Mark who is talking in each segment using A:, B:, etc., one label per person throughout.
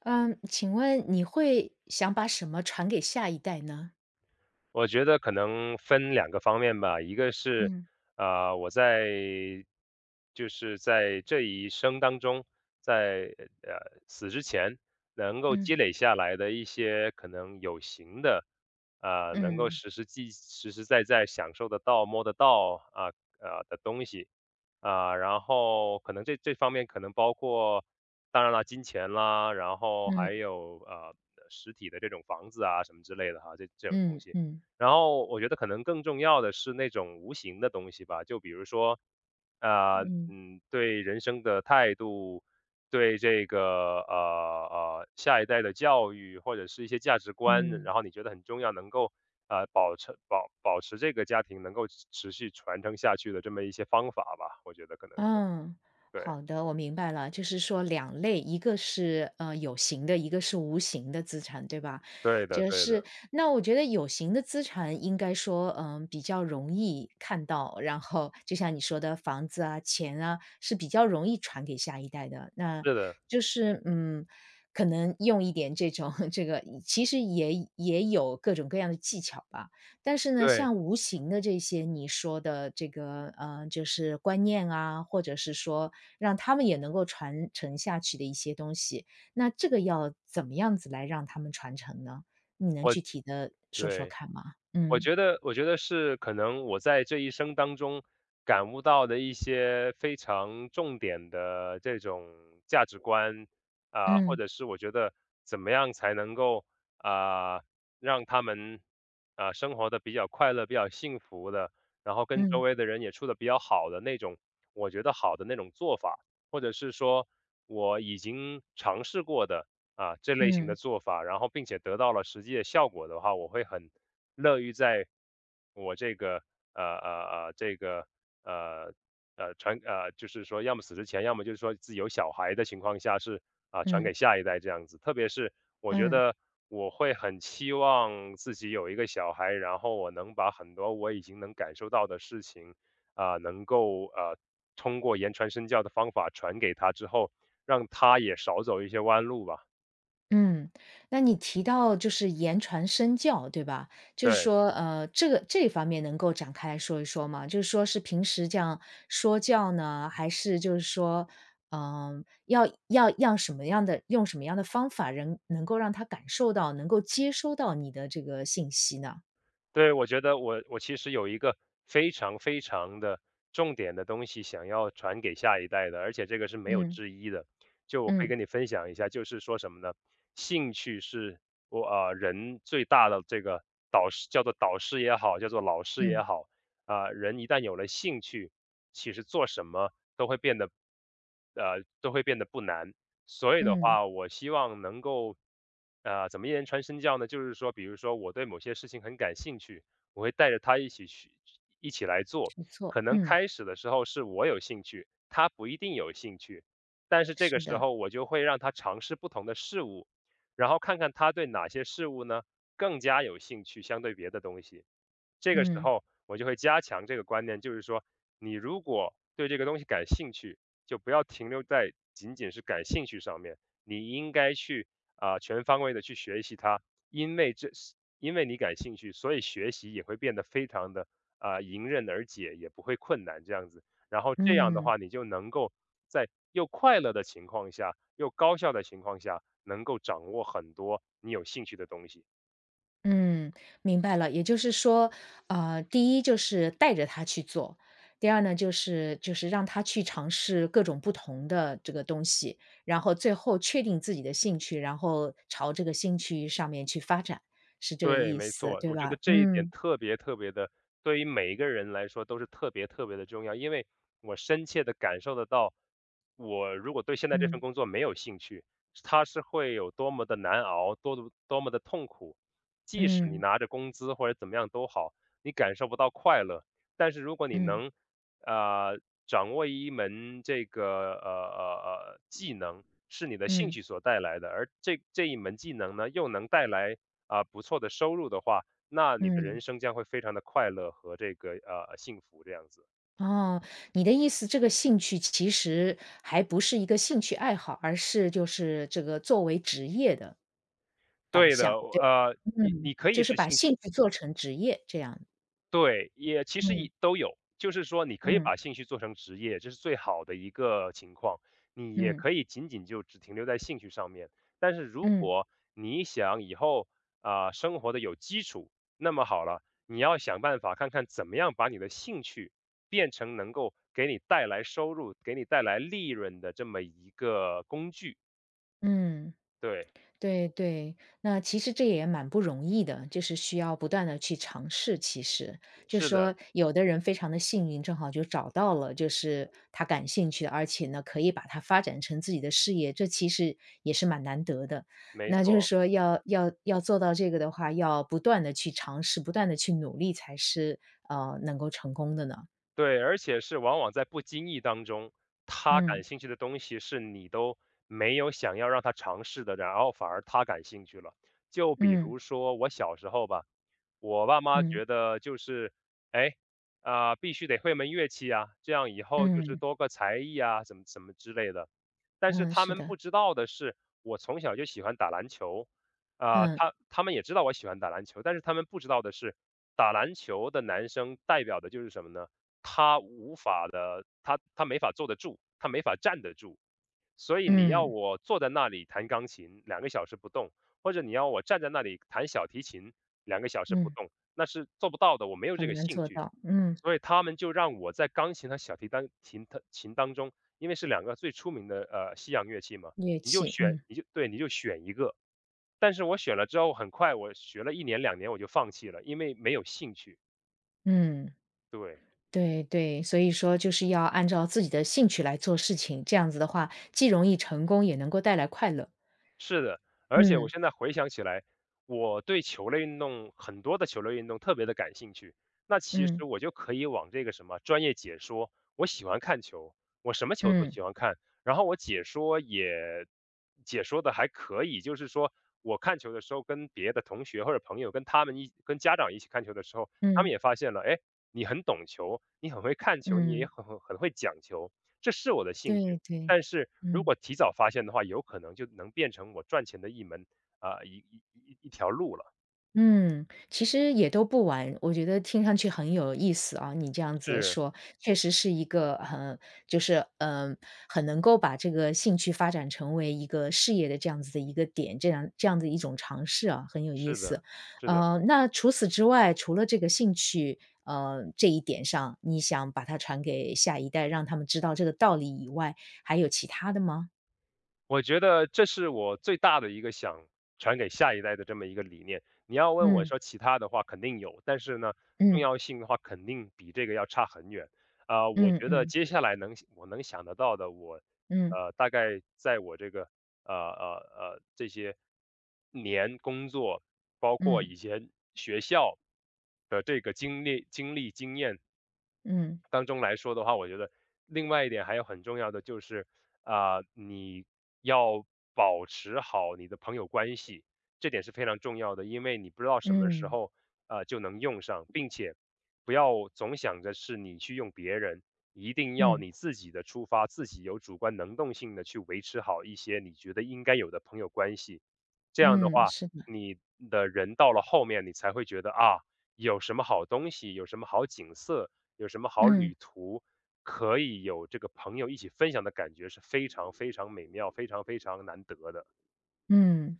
A: 嗯，请问你会想把什么传给下一代呢？
B: 我觉得可能分两个方面吧，一个是，
A: 嗯
B: 我在在这一生当中，在死之前能够
A: 嗯。
B: 积累下来的一些可能有形的，能够
A: 嗯
B: 实实在在享受得到、摸得到啊的东西，啊、然后可能这方面可能包括，当然了，金钱啦，然后
A: 嗯
B: 还有实体的这种房子啊什么之类的哈，这种
A: 嗯
B: 东
A: 嗯
B: 西。
A: 嗯
B: 然后我觉得可能更重要的是那种无形的东西吧，就比如说，
A: 嗯嗯
B: 对人生的态度，对这个呃下一代的教育或者是一些价值观，
A: 嗯
B: 然后你觉得很重要，能够保持保持这个家庭能够持续传承下去的这么一些方法吧，我觉得可能是
A: 嗯，
B: 对。
A: 好的，我明白了，就是说两类，一个是有形的，一个是无形的资产，对吧？
B: 对的，
A: 就
B: 对的，
A: 是那我觉得有形的资产应该说，嗯，比较容易看到，然后就像你说的，房子啊、钱啊，是比较容易传给下一代的。那
B: 是的，
A: 就是可能用一点这种 这个，其实也有各种各样的技巧吧。但是呢，
B: 对。
A: 像无形的这些你说的这个，就是观念啊，或者是说让他们也能够传承下去的一些东西，那这个要怎么样子来让他们传承呢？你能
B: 我
A: 具体的说说
B: 对，
A: 看吗？
B: 我
A: 嗯，
B: 觉得我觉得是可能我在这一生当中感悟到的一些非常重点的这种价值观，啊、或
A: 嗯，
B: 者是我觉得怎么样才能够啊、让他们啊、生活的比较快乐、比较幸福的，然后跟周
A: 嗯，
B: 围的人也处的比较好的那种，我觉得好的那种做法，或者是说我已经尝试过的啊、这类型
A: 嗯，
B: 的做法，然后并且得到了实际的效果的话，我会很乐于在我这个呃呃这个呃就是说，要么死之前，要么就是说自己有小孩的情况下是啊、传
A: 嗯，嗯
B: 给下一代这样子。特别是我觉
A: 嗯。
B: 得我会很期望自己有一个小孩，然后我能把很多我已经能感受到的事情啊、能够通过言传身教的方法传给他之后，让他也少走一些弯路吧。
A: 嗯，那你提到就是言传身教，对吧？就是
B: 对，
A: 说，这个这一方面能够展开来说一说吗？就是说是平时这样说教呢，还是就是说，要什么样的，用什么样的方法，人能够让他感受到，能够接收到你的这个信息呢？
B: 对，我觉得我其实有一个非常非常的重点的东西想要传给下一代的，而且这个是没有
A: 嗯
B: 之一的。就我可以
A: 嗯
B: 跟你分享一下，就是说什么呢？兴趣是我啊、人最大的这个导师，叫做导师也好，叫做老师也
A: 嗯
B: 好，啊、人一旦有了兴趣，其实做什么都会变得，都会变得不难。所以的
A: 嗯，
B: 话，我希望能够，怎么一人穿身教呢？就是说，比如说我对某些事情很感兴趣，我会带着他一起去，一起来做。
A: 没错，
B: 可能
A: 嗯，
B: 开始的时候是我有兴趣，他不一定有兴趣，但是这个
A: 是
B: 时
A: 的，
B: 候我就会让他尝试不同的事物，然后看看他对哪些事物呢更加有兴趣，相对别的东西。这个时
A: 嗯
B: 候我就会加强这个观念，就是说，你如果对这个东西感兴趣，就不要停留在仅仅是感兴趣上面，你应该去啊、全方位的去学习它，因为这是因为你感兴趣，所以学习也会变得非常的啊、迎刃而解，也不会困难这样子。然后这样的
A: 嗯。
B: 话，你就能够在又快乐的情况下，又高效的情况下，能够掌握很多你有兴趣的东西。
A: 嗯，明白了。也就是说，第一就是带着他去做，第二呢，就是让他去尝试各种不同的这个东西，然后最后确定自己的兴趣，然后朝这个兴趣上面去发展，是这个
B: 对，
A: 意
B: 没
A: 思，
B: 错，
A: 对
B: 我觉
A: 吧？
B: 得这一点
A: 嗯
B: 特别特别的，对于每一个人来说都是特别特别的重要。因为我深切的感受得到，我如果对现在这份
A: 嗯
B: 工作没有兴趣，它是会有多么的难熬，多么多么的痛苦。即使你
A: 嗯
B: 拿着工资或者怎么样都好，你感受不到快乐。但是如果你
A: 嗯
B: 能，呃，掌握一门这个技能，是你的兴
A: 嗯
B: 趣所带来的，而这一门技能呢，又能带来啊、不错的收入的话，那你的
A: 嗯。
B: 人生将会非常的快乐和这个幸福这样子。
A: 哦，你的意思，这个兴趣其实还不是一个兴趣爱好，而是就是这个作为职业的导
B: 对的，
A: 向。
B: 你
A: 嗯，
B: 你可
A: 就
B: 以
A: 是
B: 是
A: 把
B: 兴
A: 兴
B: 趣。
A: 趣做成职业这样。
B: 对，也其实
A: 嗯，
B: 也都有，就是说你可以
A: 嗯，
B: 把兴趣做成职业，这是最好的一个情况。你也
A: 嗯，
B: 可以仅仅就只停留在兴趣上面，但是如
A: 嗯，
B: 果你想以后啊、生活的有基础，那么好了，你要想办法看看怎么样把你的兴趣变成能够给你带来收入、给你带来利润的这么一个工具。
A: 嗯，
B: 对，
A: 对对。那其实这也蛮不容易的，就是需要不断的去尝试其实。就是
B: 是的，
A: 说有的人非常的幸运，正好就找到了就是他感兴趣的，而且呢，可以把它发展成自己的事业，这其实也是蛮难得的。
B: 没
A: 那就是
B: 错。
A: 说要做到这个的话，要不断的去尝试，不断的去努力才是，能够成功的呢。
B: 对，而且是往往在不经意当中，他感
A: 嗯，
B: 兴趣的东西是你都没有想要让他尝试的，然后反而他感兴趣了。就比
A: 嗯，
B: 如说我小时候吧，我爸妈
A: 嗯。
B: 觉得就是，哎，啊、必须得会门乐器啊，这样以后就是
A: 嗯，
B: 多个才艺啊，怎么怎么之类的。但是
A: 嗯，
B: 他
A: 是
B: 们
A: 的，
B: 不知道的是，我从小就喜欢打篮球，啊、
A: 嗯，
B: 他们也知道我喜欢打篮球，但是他们不知道的是，打篮球的男生代表的就是什么呢？他无法的，他没法坐得住，他没法站得住。所以你要
A: 嗯，
B: 我坐在那里弹钢琴两个小时不动，或者你要我站在那里弹小提琴两个小时不
A: 嗯，
B: 动，那是做不到的，我没有这
A: 很
B: 个
A: 难
B: 兴
A: 做
B: 趣。
A: 到，嗯，
B: 所以他们就让我在钢琴和小提当中，因为是两个最出名的西洋乐器嘛，
A: 乐器，嗯，
B: 你就选一个。但是我选了之后，很快我学了一年两年我就放弃了，因为没有兴趣。
A: 嗯，
B: 对。
A: 对对，所以说就是要按照自己的兴趣来做事情，这样子的话，既容易成功，也能够带来快乐。
B: 是的，而且我
A: 嗯，
B: 现在回想起来，我对球类运动很多的球类运动特别的感兴趣。那其
A: 嗯，
B: 实我就可以往这个什么专业解说，我喜欢看球，我什么球都
A: 嗯，
B: 喜欢看，然后我解说也解说的还可以，就是说我看球的时候跟别的同学或者朋友跟家长一起看球的时候，他们
A: 嗯，
B: 也发现了，哎，你很懂球，你很会看球，你也
A: 嗯，
B: 很很会讲球，这是我的兴
A: 对
B: 趣。
A: 对，
B: 但是如
A: 嗯。
B: 果提早发现的话，有可能就能变成我赚钱的一门啊、一条路了。
A: 嗯，其实也都不晚，我觉得听上去很有意思啊，你这样子
B: 是，
A: 说，确实是一个很就是很能够把这个兴趣发展成为一个事业的这样子的一个点，这样的一种尝试啊，很有意
B: 是
A: 思。
B: 的，是的。
A: 那除此之外，除了这个兴趣，这一点上，你想把它传给下一代，让他们知道这个道理以外，还有其他的吗？
B: 我觉得这是我最大的一个想传给下一代的这么一个理念。你要问我
A: 嗯
B: 说其他的话，肯定有，但是呢，重
A: 嗯
B: 要性的话肯定比这个要差很远。啊、我
A: 嗯
B: 觉得
A: 嗯
B: 接下来能我能想得到的，我
A: 嗯
B: 大概在我这个这些年工作，包括
A: 嗯
B: 以前学校的这个经验
A: 嗯
B: 当中来说的话，我觉得另外一点还有很重要的就是，啊、你要保持好你的朋友关系，这点是非常重要的，因为你不知道什么时
A: 嗯
B: 候啊，就能用上，并且不要总想着是你去用别人，一定要
A: 嗯。
B: 你自己的出发，自己有主观能动性的去维持好一些你觉得应该有的朋友关系。这样的
A: 嗯，
B: 话，
A: 是的，
B: 你的人到了后面，你才会觉得啊，有什么好东西，有什么好景色，有什么好
A: 嗯
B: 旅途，可以有这个朋友一起分享的感觉是非常非常美妙、非常非常难得的。
A: 嗯，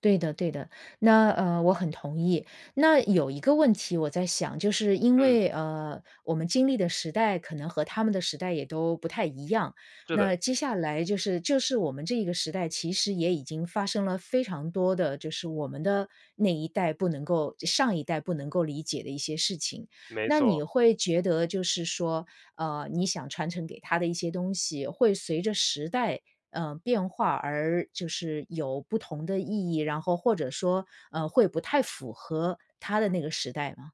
A: 对的对的。那我很同意。那有一个问题我在想，就是因
B: 嗯，
A: 为我们经历的时代可能和他们的时代也都不太一样。
B: 是的，
A: 那接下来就是我们这一个时代，其实也已经发生了非常多的，就是我们的那一代不能够上一代不能够理解的一些事情。
B: 没
A: 那你
B: 错。
A: 会觉得就是说，你想传承给他的一些东西，会随着时代，变化而就是有不同的意义，然后或者说，会不太符合他的那个时代吗？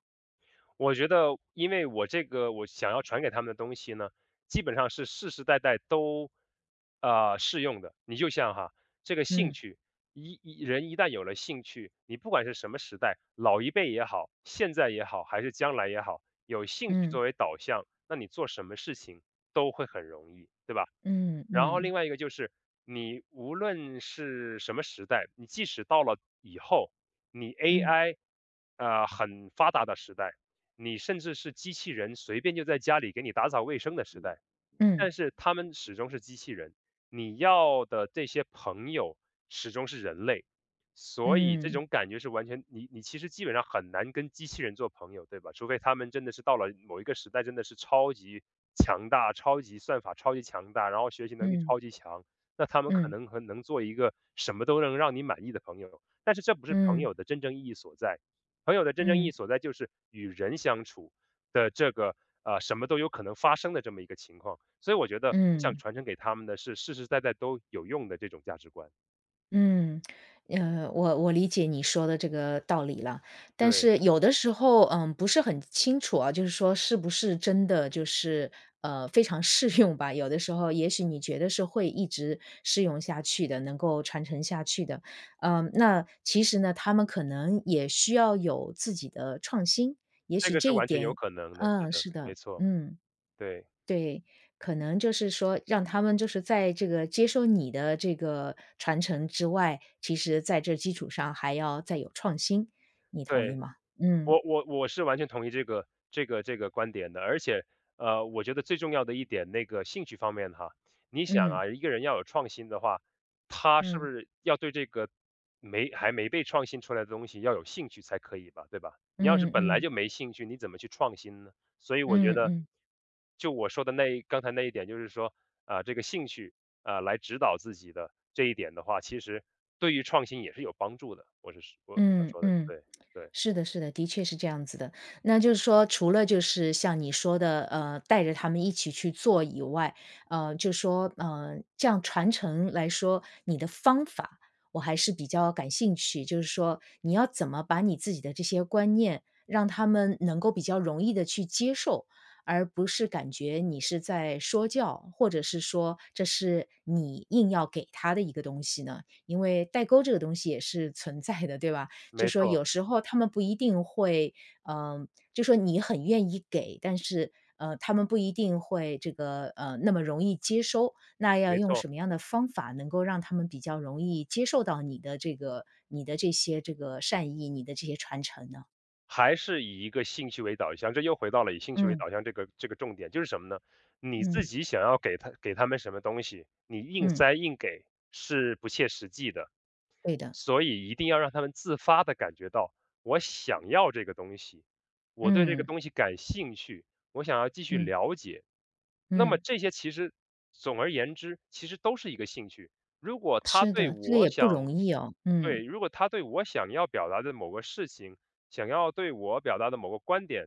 B: 我觉得，因为我这个我想要传给他们的东西呢，基本上是世世代代都啊适用的。你就像哈，这个兴
A: 嗯，
B: 趣，人一旦有了兴趣，你不管是什么时代，老一辈也好，现在也好，还是将来也好，有兴趣
A: 嗯，
B: 作为导向，那你做什么事情都会很容易，对吧？
A: 嗯，
B: 然后
A: 嗯，
B: 另外一个就是你无论是什么时代，你即使到了以后，你
A: 嗯，
B: AI 很发达的时代，你甚至是机器人随便就在家里给你打扫卫生的时代，
A: 嗯，
B: 但是他们始终是机器人，你要的这些朋友始终是人类，所以这
A: 嗯，
B: 种感觉是完全你其实基本上很难跟机器人做朋友，对吧？除非他们真的是到了某一个时代，真的是超级强大，超级算法超级强大，然后学习能力
A: 嗯，
B: 超级强，那他们可
A: 嗯，
B: 能和能做一个什么都能让你满意的朋友，但是这不是
A: 嗯，
B: 朋
A: 嗯，
B: 友的真正意义所在。朋友的真正意
A: 嗯，
B: 义
A: 嗯
B: 所在就是与人相处的这个，什么都有可能发生的这么一个情况。所以我觉得我想
A: 嗯。
B: 传承给他们的是实实在在都有用的这种价值观。
A: 嗯，我理解你说的这个道理了，但
B: 对，
A: 是有的时候，嗯，不是很清楚啊，就是说是不是真的就是非常适用吧？有的时候，也许你觉得是会一直适用下去的，能够传承下去的，嗯，那其实呢，他们可能也需要有自己的创新，也
B: 这
A: 许
B: 个
A: 这
B: 是
A: 一
B: 完全有
A: 点，
B: 可能的，是
A: 嗯，
B: 的，
A: 是的，
B: 没错，
A: 嗯。
B: 对，
A: 对，可能就是说让他们就是在这个接受你的这个传承之外，其实在这基础上还要再有创新，你同意
B: 对。
A: 吗？嗯，
B: 我是完全同意这个观点的，而且，我觉得最重要的一点，那个兴趣方面哈，你想
A: 嗯，
B: 啊，一个人要有创新的话，他是不
A: 嗯，
B: 是要对这个没还没被创新出来的东西要有兴趣才可以吧，对吧？你要是
A: 嗯，
B: 本来
A: 嗯，
B: 就没兴趣，你怎么去创新呢？所以我觉
A: 嗯，
B: 得，
A: 嗯，
B: 就我说的那一刚才那一点，就是说，啊、这个兴趣啊、来指导自己的这一点的话，其实对于创新也是有帮助的。我是我我想
A: 嗯，嗯
B: 说的，
A: 嗯。
B: 对对，
A: 是的，是的，的确是这样子的。那就是说，除了就是像你说的，带着他们一起去做以外，就说，这样传承来说，你的方法我还是比较感兴趣。就是说，你要怎么把你自己的这些观念，让他们能够比较容易的去接受，而不是感觉你是在说教，或者是说这是你硬要给他的一个东西呢？因为代沟这个东西也是存在的，对吧？就
B: 没
A: 说
B: 错。
A: 有时候他们不一定会，嗯，就说你很愿意给，但是，他们不一定会这个，那么容易接收。那要
B: 没
A: 用
B: 错，
A: 什么样的方法能够让他们比较容易接受到你的这些这个善意，你的这些传承呢？
B: 还是以一个兴趣为导向，这又回到了以兴趣为
A: 嗯，
B: 导向这个重点，就是什么呢？你自
A: 嗯，
B: 己想要给他们什么东西，你硬
A: 嗯，
B: 塞硬给是不切实际的。
A: 对的，
B: 所以一定要让他们自发的感觉到，我想要这个东西，我对这个
A: 嗯，
B: 东西感兴趣，我想要继续
A: 嗯，
B: 了解。那么
A: 嗯，
B: 这些其实总而言之，其实都是一个兴趣。如果他
A: 是
B: 对
A: 的，这个也
B: 我
A: 不
B: 想
A: 容易哦，嗯，
B: 对，如果他对我想要表达的某个事情，想要对我表达的某个观点，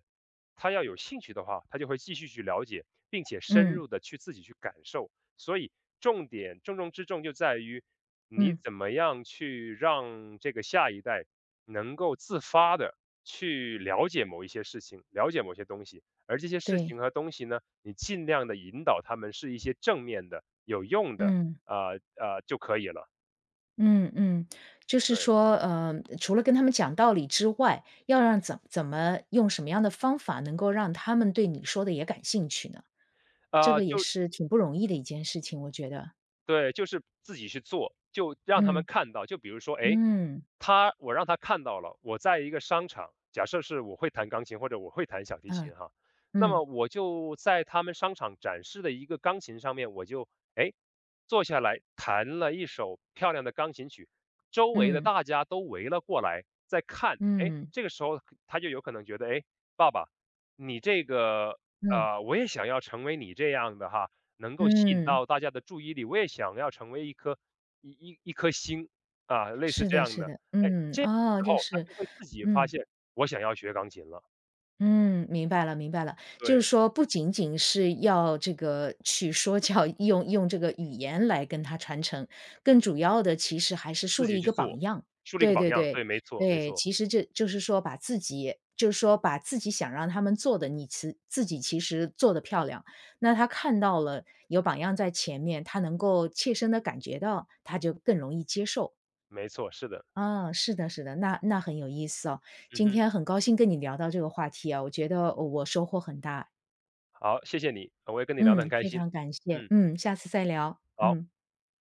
B: 他要有兴趣的话，他就会继续去了解，并且深
A: 嗯，
B: 入的去自己去感受。所以重中之重就在于你
A: 嗯，
B: 怎么样去让这个下一代能够自发的去了解某一些事情，了解某些东西，而这些事
A: 对，
B: 情和东西呢，你尽量的引导他们是一些正面的、有用的，
A: 嗯。
B: 就可以了。
A: 嗯嗯，就是
B: 对，
A: 说，除了跟他们讲道理之外，要让怎么用什么样的方法能够让他们对你说的也感兴趣呢？这
B: 呃，
A: 个也
B: 就
A: 是挺不容易的一件事情，我觉得。
B: 对，就是自己去做，就让他们
A: 嗯
B: 看到，就比如说，哎。
A: 嗯
B: 我让他看到了，我在一个商场，假设是我会弹钢琴或者我会弹小提
A: 嗯
B: 琴哈，那
A: 嗯
B: 么我就在他们商场展示的一个钢琴上面，我就哎坐下来弹了一首漂亮的钢琴曲，周围的
A: 嗯
B: 大家都围了过来在看，哎，
A: 嗯
B: 这个时候他就有可能觉得，哎，爸爸，你这个
A: 嗯嗯，
B: 我也想要成为你这样的哈，能够吸引
A: 嗯
B: 到大家的注意力，我也想要成为一颗一颗星啊，类似
A: 是
B: 这
A: 的，
B: 样
A: 是
B: 的。
A: 的，
B: 哎，
A: 嗯，
B: 这个
A: 哦，
B: 时
A: 就
B: 候他
A: 是
B: 就会自己发
A: 嗯。
B: 现，我想要学钢琴了，
A: 嗯，明白了，明白了，就是
B: 对，
A: 说不仅仅是要这个去说教，用这个语言来跟他传承，更主要的其实还是树
B: 自
A: 立
B: 己
A: 一
B: 去
A: 个
B: 做，
A: 榜样。
B: 树立一个
A: 对
B: 榜
A: 对
B: 样，
A: 对，
B: 对，没错，没
A: 对，
B: 错，
A: 其实这就是说把自己，就是说把自己想让他们做的，你其自己其实做的漂亮，那他看到了有榜样在前面，他能够切身的感觉到，他就更容易接受。
B: 没错，是的，
A: 嗯，是的，是的，那很有意思哦。
B: 嗯
A: 今
B: 哼，
A: 天很高兴跟你聊到这个话题啊，我觉得我收获很大。
B: 好，谢谢你，我也跟你聊得很
A: 嗯，
B: 开
A: 非
B: 心，
A: 常感谢。
B: 嗯，
A: 嗯，下次再聊。
B: 好。
A: 嗯。